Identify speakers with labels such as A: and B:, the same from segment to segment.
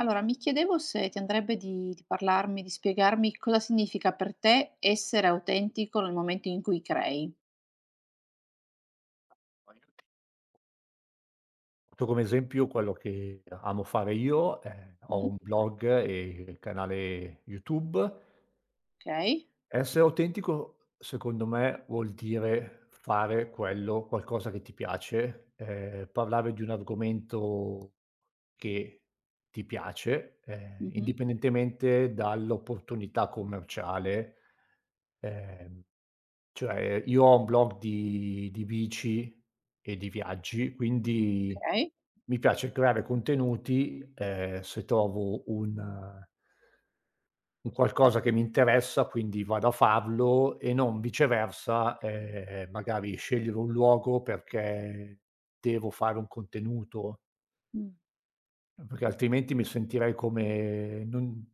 A: Allora, mi chiedevo se ti andrebbe di parlarmi, di spiegarmi cosa significa per te essere autentico nel momento in cui crei.
B: Faccio come esempio quello che amo fare io, ho
A: Mh,
B: un blog e canale YouTube.
A: okay.
B: Essere autentico secondo me vuol dire fare quello qualcosa che ti piace, parlare di un argomento che ti piace,
A: Mh-mh,
B: indipendentemente dall'opportunità commerciale. Ehm, cioè io ho un blog di bici e di viaggi, quindi
A: okay.
B: mi piace creare contenuti, se trovo un qualcosa che mi interessa, quindi vado a farlo e non viceversa, magari scegliere un luogo perché devo fare un contenuto,
A: Mh,
B: perché altrimenti mi sentirei come non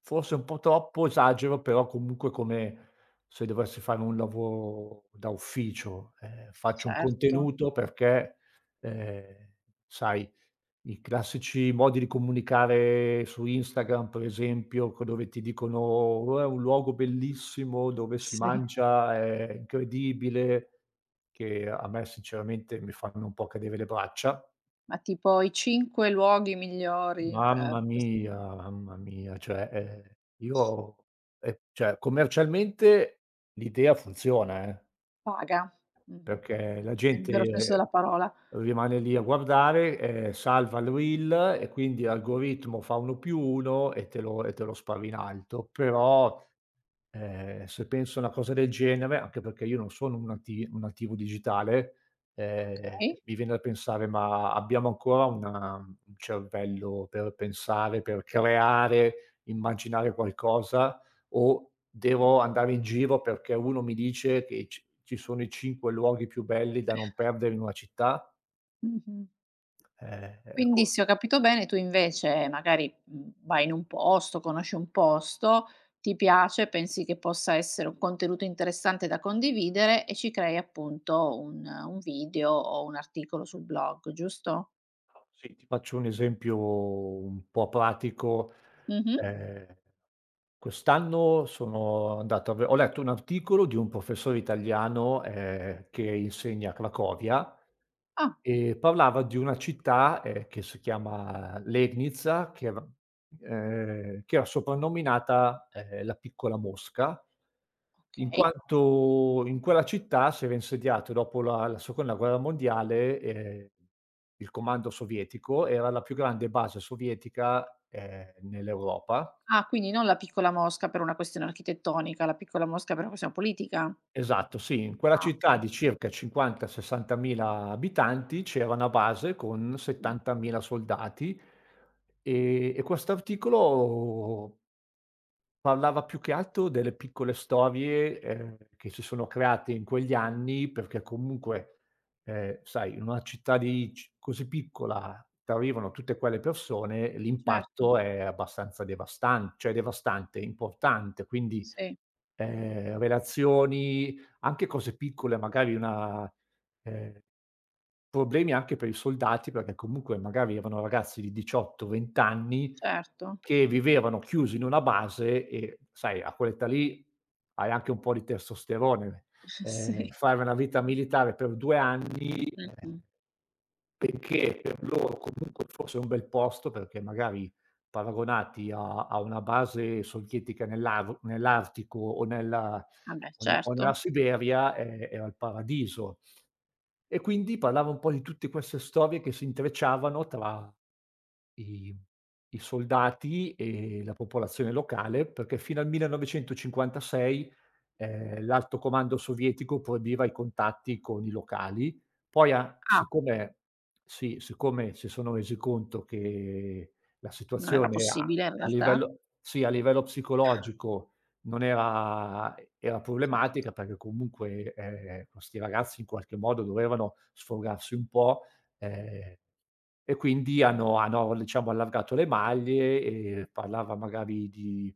B: forse un po' troppo esagero, però comunque come se dovessi fare un lavoro da ufficio, faccio un
A: certo,
B: contenuto perché, ehm, sai i classici modi di comunicare su Instagram, per esempio, co dove ti dicono: "Oh, è un luogo bellissimo dove si
A: sì.
B: mangia, è incredibile", che a me sinceramente mi fanno un po' cadere le braccia.
A: Ma tipo i 5 luoghi migliori per ques
B: Mamma mia, io cioè commercialmente l'idea funziona,
A: paga. Mh-mh,
B: perché la
A: nel
B: gente
A: vero senso della parola.
B: rimane lì a guardare, salva il reel e quindi l'algoritmo fa 1 più 1 e te lo spara in alto. Però, se penso a una cosa del genere, anche perché io non sono un nativo digitale, ehm,
A: Okay.
B: mi viene da pensare: "Ma abbiamo ancora una un cervello per pensare, per creare, immaginare qualcosa o devo andare in giro perché uno mi dice che ci sono i 5 luoghi più belli da non perdere in una città?"
A: Mh-mh.
B: Ehm,
A: Quindi
B: ecco
A: se ho capito bene, tu invece magari, mhmm, vai in un posto, conosci un posto, ti piace, pensi che possa essere un contenuto interessante da condividere e ci crei appunto un video o un articolo sul blog, giusto?
B: sì, ti faccio un esempio un po' pratico.
A: Mh-mh.
B: Ehm, Quest'anno sono andato a ve ho letto un articolo di un professore italiano, che insegna a Cracovia.
A: Ah,
B: E parlava di una città, che si chiama Legnica, che era soprannominata, "la piccola Mosca", in
A: okay.
B: quanto in quella città si era insediato dopo la seconda guerra mondiale, il comando sovietico, era la più grande base sovietica, nell'Europa.
A: Ah, quindi non la piccola mosca per una questione architettonica, la piccola mosca per una questione politica?
B: Esatto, sì, in quella
A: Ah,
B: città
A: okay.
B: di circa 50, 60.000 abitanti c'era una base con
A: Mh-mh.
B: 70.000 soldati e quest'articolo parlava più che altro delle piccole storie, che si sono create in quegli anni perché comunque, sai, in una città di c così piccola t'arrivano tutte quelle persone,
A: Certo,
B: l'impatto è abbastanza devastan cioè devastante, importante, quindi.
A: sì,
B: Relazioni, anche cose piccole, magari una ehm, problemi anche per i soldati, perché comunque magari erano ragazzi di 18, 20 anni
A: certo.
B: che vivevano chiusi in una base e sai a quell'età lì hai anche un po' di testosterone.
A: Sì.
B: Fare una vita militare per 2 anni,
A: Mh-mh.
B: benché per loro comunque fosse un bel posto, perché magari paragonati a una base sovietica nell'Artico
A: Vabbè,
B: o
A: certo.
B: nella Siberia, è era il paradiso. E quindi parlava un po' di tutte queste storie che si intrecciavano tra i i soldati e la popolazione locale, perché fino al 1956, l'alto comando sovietico proibiva i contatti con i locali. Poi ha
A: Ah.
B: Siccome sì, siccome si sono resi conto che la
A: Non era
B: situazione
A: possibile in
B: a
A: realtà?
B: livello sì, a livello psicologico non era
A: Certo,
B: problematica perché comunque, questi ragazzi in qualche modo dovevano sfogarsi un po', ehm, e quindi hanno diciamo allargato le maglie e parlava magari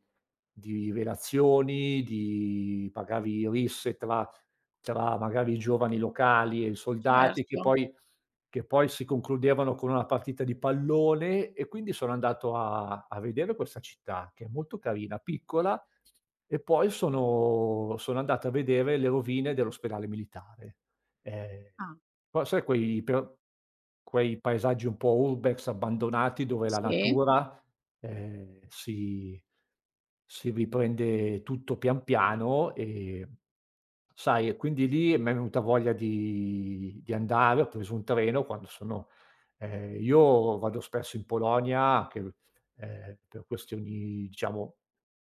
B: di relazioni, di magari risse tra magari i giovani locali e i soldati
A: certo.
B: che poi si concludevano con una partita di pallone e quindi sono andato a vedere questa città che è molto carina, piccola, e poi sono andato a vedere le rovine dell'ospedale militare. Ehm,
A: Ah,
B: Poi sai quei paesaggi un po' urbex abbandonati dove la
A: sì.
B: natura, ehm, si si riprende tutto pian piano, sai e quindi lì m'è venuta voglia di andare, ho preso un treno quando sono io vado spesso in Polonia anche, per questioni diciamo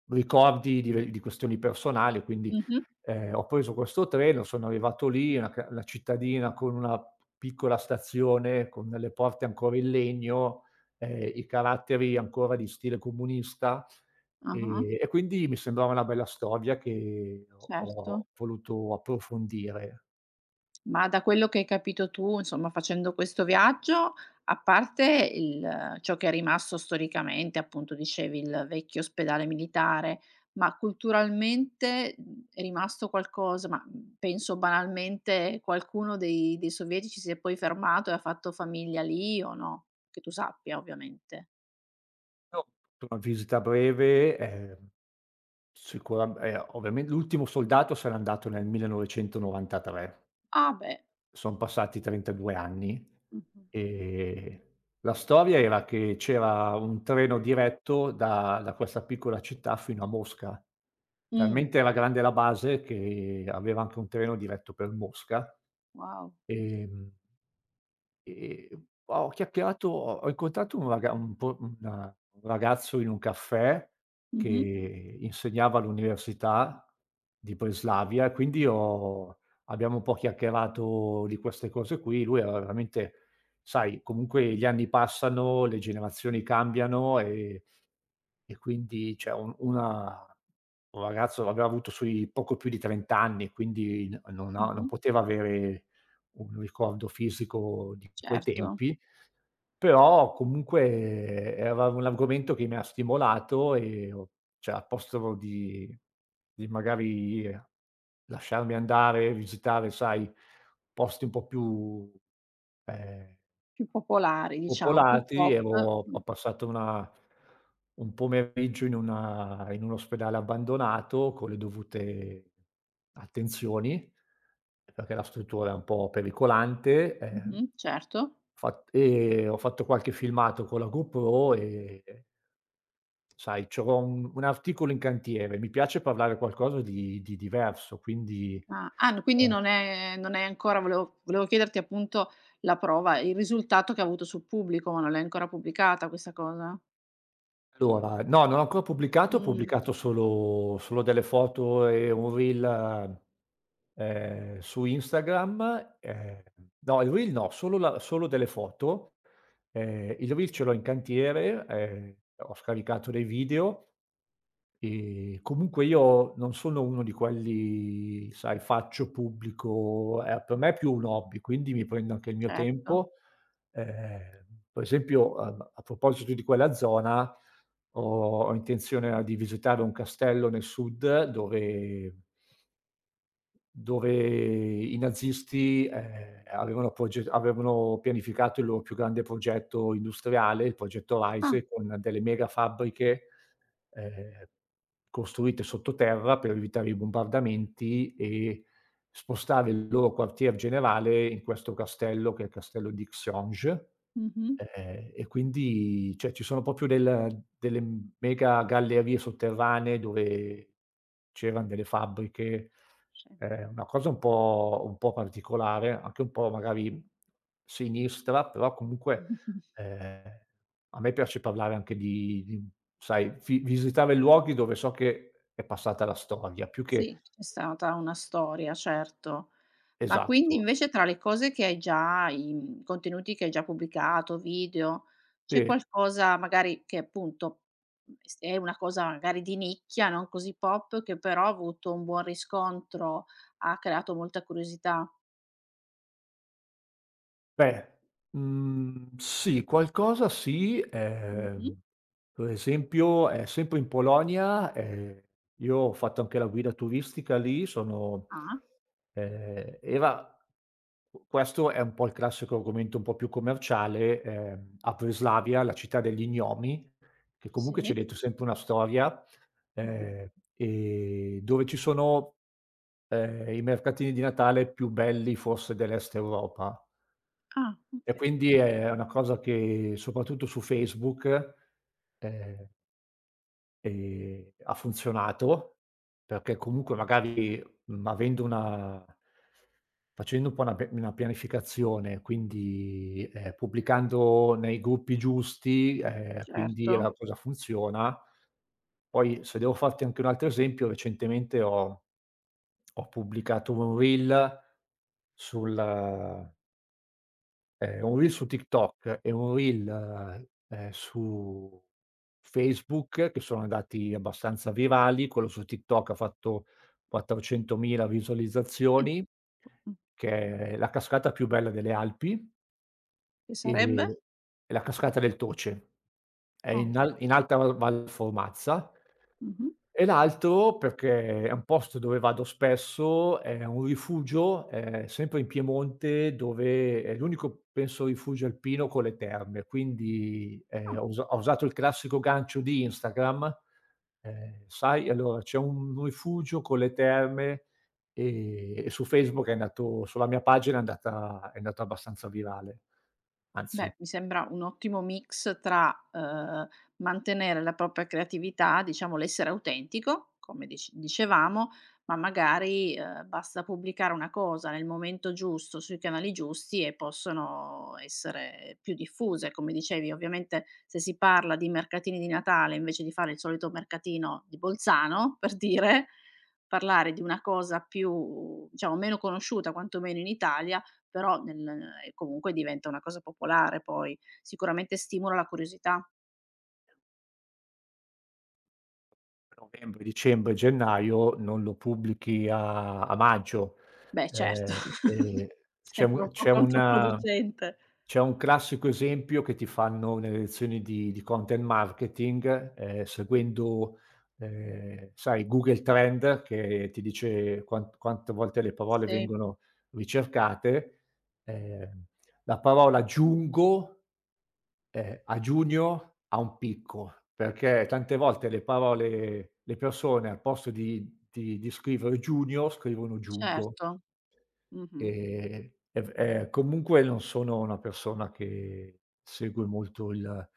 B: ricordi di questioni personali, quindi,
A: Mh-mh.
B: ho preso questo treno, sono arrivato lì, una cittadina con una piccola stazione, con le porte ancora in legno, i caratteri ancora di stile comunista.
A: Ah-ah,
B: E quindi mi sembrava una bella storia che ho
A: certo.
B: ho voluto approfondire.
A: Ma da quello che hai capito tu, insomma, facendo questo viaggio, a parte il ciò che è rimasto storicamente, appunto dicevi il vecchio ospedale militare, ma culturalmente, mhmm, è rimasto qualcosa? Ma, mhmm, penso banalmente qualcuno dei sovietici si è poi fermato e ha fatto famiglia lì o no? Che tu sappia ovviamente.
B: Però una visita breve, sicura, ovviamen l'ultimo soldato se n'è andato nel 1993.
A: Ah beh.
B: Son passati 32 anni.
A: Mh-mh.
B: ehm, la storia era che c'era un treno diretto da questa piccola città fino a Mosca.
A: Mh.
B: Talmente era grande la base che aveva anche un treno diretto per Mosca.
A: Wow.
B: ehm Ehm, ho incontrato un ragazzo in un caffè
A: Mh-mh,
B: che insegnava all'università di Breslavia, e quindi ho abbiamo un po' chiacchierato di queste cose qui. Lui era veramente Sai, comunque gli anni passano, le generazioni cambiano e quindi cioè un ragazzo aveva avuto sui poco più di 30 anni, quindi n non ha non
A: mh-mh,
B: poteva avere un ricordo fisico di quei
A: certo.
B: tempi. Però comunque era un argomento che mi ha stimolato e ho cioè a posto di magari lasciarmi andare, visitare, sai, posti un po' più, ehm
A: Più popolari diciamo, più
B: popolati.
A: pop.
B: Ero
A: Mh,
B: Ho passato una un pomeriggio in un ospedale abbandonato con le dovute attenzioni, perché la struttura è un po' pericolante,
A: mh-mh, certo.
B: fa e ho fatto qualche filmato con la GoPro e, sai, c'avevo un articolo in cantiere, mi piace parlare qualcosa di diverso, quindi,
A: Ah, ah n quindi
B: ehm
A: non è ancora volevo chiederti appunto la prova, il risultato che ha avuto sul pubblico, ma non l'hai ancora pubblicata questa cosa?
B: Allora, no, non ho ancora pubblicato, ho
A: Mh,
B: pubblicato solo delle foto e un reel, su Instagram. No, il reel no, solo la solo delle foto. Il reel ce l'ho in cantiere, ho scaricato dei video e comunque io non sono uno di quelli, sai, faccio, pubblico, per me è più un hobby, quindi mi prendo anche il mio
A: certo.
B: tempo. Per esempio, a proposito di quella zona, ho intenzione di visitare un castello nel sud dove i nazisti, avevano pianificato il loro più grande progetto industriale, il progetto
A: Ah,
B: RISE, con delle mega fabbriche, ehm, costruite sottoterra per evitare i bombardamenti e spostare il loro quartier generale in questo castello, che è il castello di Xionge.
A: mh-mh,
B: E quindi cioè, ci sono proprio delle mega gallerie sotterranee dove c'eran delle fabbriche,
A: sì.
B: una cosa un po' particolare, anche un po' magari sinistra, però comunque, ehm, a me piace parlare anche di sai, vi visitare luoghi dove so che è passata la storia, più
A: Sì,
B: che
A: c'è stata una storia, certo. Ma quindi
B: esatto,
A: invece tra le cose che hai già contenuti che hai già pubblicato, video, c'è
B: sì.
A: qualcosa magari che appunto, mhmm, s è una cosa magari di nicchia, non così pop, che però ha avuto un buon riscontro, ha creato molta curiosità?
B: Beh, mhmm, sì, qualcosa sì,
A: Mh-mh.
B: per esempio, sempre in Polonia, io ho fatto anche la guida turistica lì, sono
A: Ah,
B: era q questo è un po' il classico argomento un po' più commerciale, a Breslavia, la città degli gnomi, che comunque c'è
A: sì.
B: dietro sempre una storia,
A: Mh-mh.
B: ehm, e dove ci sono, i mercatini di Natale più belli forse dell'Est Europa.
A: Ah,
B: E
A: okay,
B: quindi è una cosa che soprattutto su Facebook, ehm, ha funzionato, perché comunque magari, avendo una facendo un po' una pianificazione, quindi, pubblicando nei gruppi giusti, quindi
A: certo.
B: la cosa funziona. Poi se devo farti anche un altro esempio, recentemente ho pubblicato un reel sul un reel su TikTok e un reel, su Facebook, che sono andati abbastanza virali, quello su TikTok ha fatto 400.000
A: Mh.
B: visualizzazioni,
A: Mh.
B: che è la cascata più bella delle Alpi.
A: Sarebbe?
B: Ehm, è la cascata del Toce. È
A: Okay.
B: in Alta Val Formazza.
A: Mh-mh.
B: E l'altro perché è un posto dove vado spesso, è un rifugio, sempre in Piemonte, dove è l'unico penso rifugio alpino con le terme, quindi,
A: Ah.
B: ho usato il classico gancio di Instagram, sai allora c'è un rifugio con le terme, e su Facebook è andato sulla mia pagina è andato abbastanza virale, anzi.
A: Beh, mi sembra un ottimo mix tra, mantenere la propria creatività, diciamo l'essere autentico, come dicevamo, ma magari, basta pubblicare una cosa nel momento giusto, sui canali giusti e possono essere più diffuse. Come dicevi, ovviamente se si parla di mercatini di Natale, invece di fare il solito mercatino di Bolzano, per dire, parlare di una cosa più diciamo meno conosciuta, quantomeno in Italia, però nel e comunque diventa una cosa popolare poi. Sicuramente stimola la curiosità.
B: Novembre, dicembre, gennaio non lo pubblichi a maggio.
A: Beh, certo.
B: E c'è
A: Sembra
B: un
A: un po'
B: c'è una
A: controproducente.
B: c'è un classico esempio che ti fanno nelle lezioni di content marketing, seguendo, sai Google Trend che ti dice quante volte le parole
A: Sì,
B: vengono ricercate. Ehm, la parola "giungo" a giugno ha un picco, perché tante volte le persone al posto di scrivere giugno, scrivono giuggo.
A: certo. Mh-mh.
B: E v Comunque non sono una persona che segue molto il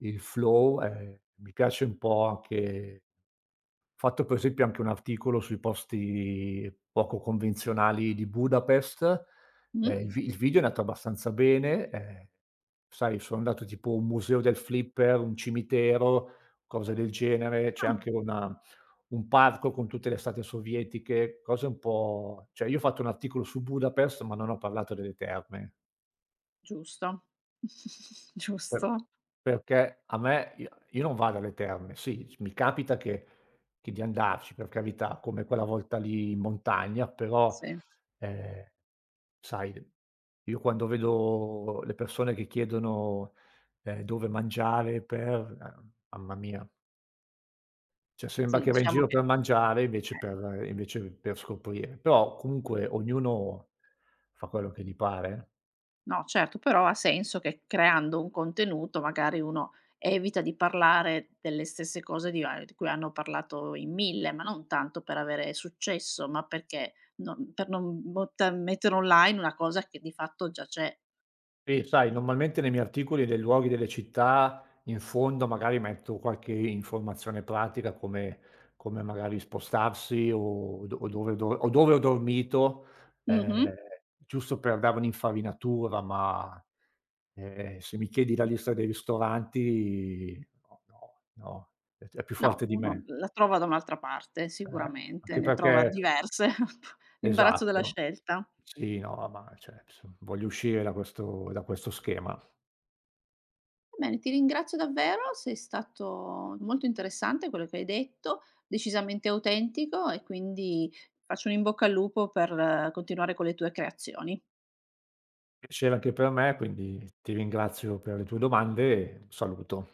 B: il flow, mi piace un po' anche ho fatto per esempio anche un articolo sui posti poco convenzionali di Budapest.
A: Mh?
B: Il video è andato abbastanza bene, sai sono andato tipo un museo del flipper, un cimitero, cose del genere, c'è
A: Ah,
B: anche una un parco con tutte le statue sovietiche, cose un po cioè io ho fatto un articolo su Budapest, ma non ho parlato delle terme,
A: giusto.
B: per
A: Giusto.
B: perché a me io non vado alle terme, sì, mi capita che di andarci, per carità, come quella volta lì in montagna, però,
A: Sì,
B: ehm Sai, io quando vedo le persone che chiedono, dove mangiare per mamma mia, cioè sembra
A: sì,
B: che va in
A: diciamo
B: giro
A: che
B: per mangiare
A: eh.
B: invece per scoprire. Però comunque ognuno fa quello che gli pare.
A: No certo, però ha senso che creando un contenuto magari uno evita di parlare delle stesse cose di cui hanno parlato in 1000, ma non tanto per avere successo, ma perché non butta mettere online una cosa che di fatto già c'è.
B: Sì, sai, normalmente nei miei articoli dei luoghi delle città, in fondo magari metto qualche informazione pratica come magari spostarsi o dove do o dove ho dormito,
A: Mh-mh.
B: ehm, giusto per dare un'infarinatura, ma, se mi chiedi la lista dei ristoranti, no, no, no, è più
A: No,
B: forte di
A: uno
B: me.
A: la trova da un'altra parte
B: Cioè,
A: sicuramente,
B: anche
A: ne trova
B: perché
A: diverse. L'imbarazzo della
B: esatto.
A: scelta.
B: Sì, no, ma cioè, s voglio uscire da questo schema.
A: Va bene, ti ringrazio davvero, sei stato molto interessante quello che hai detto, decisamente autentico e quindi faccio un in bocca al lupo per continuare con le tue creazioni.
B: Piacere anche per me, quindi ti ringrazio per le tue domande e un saluto.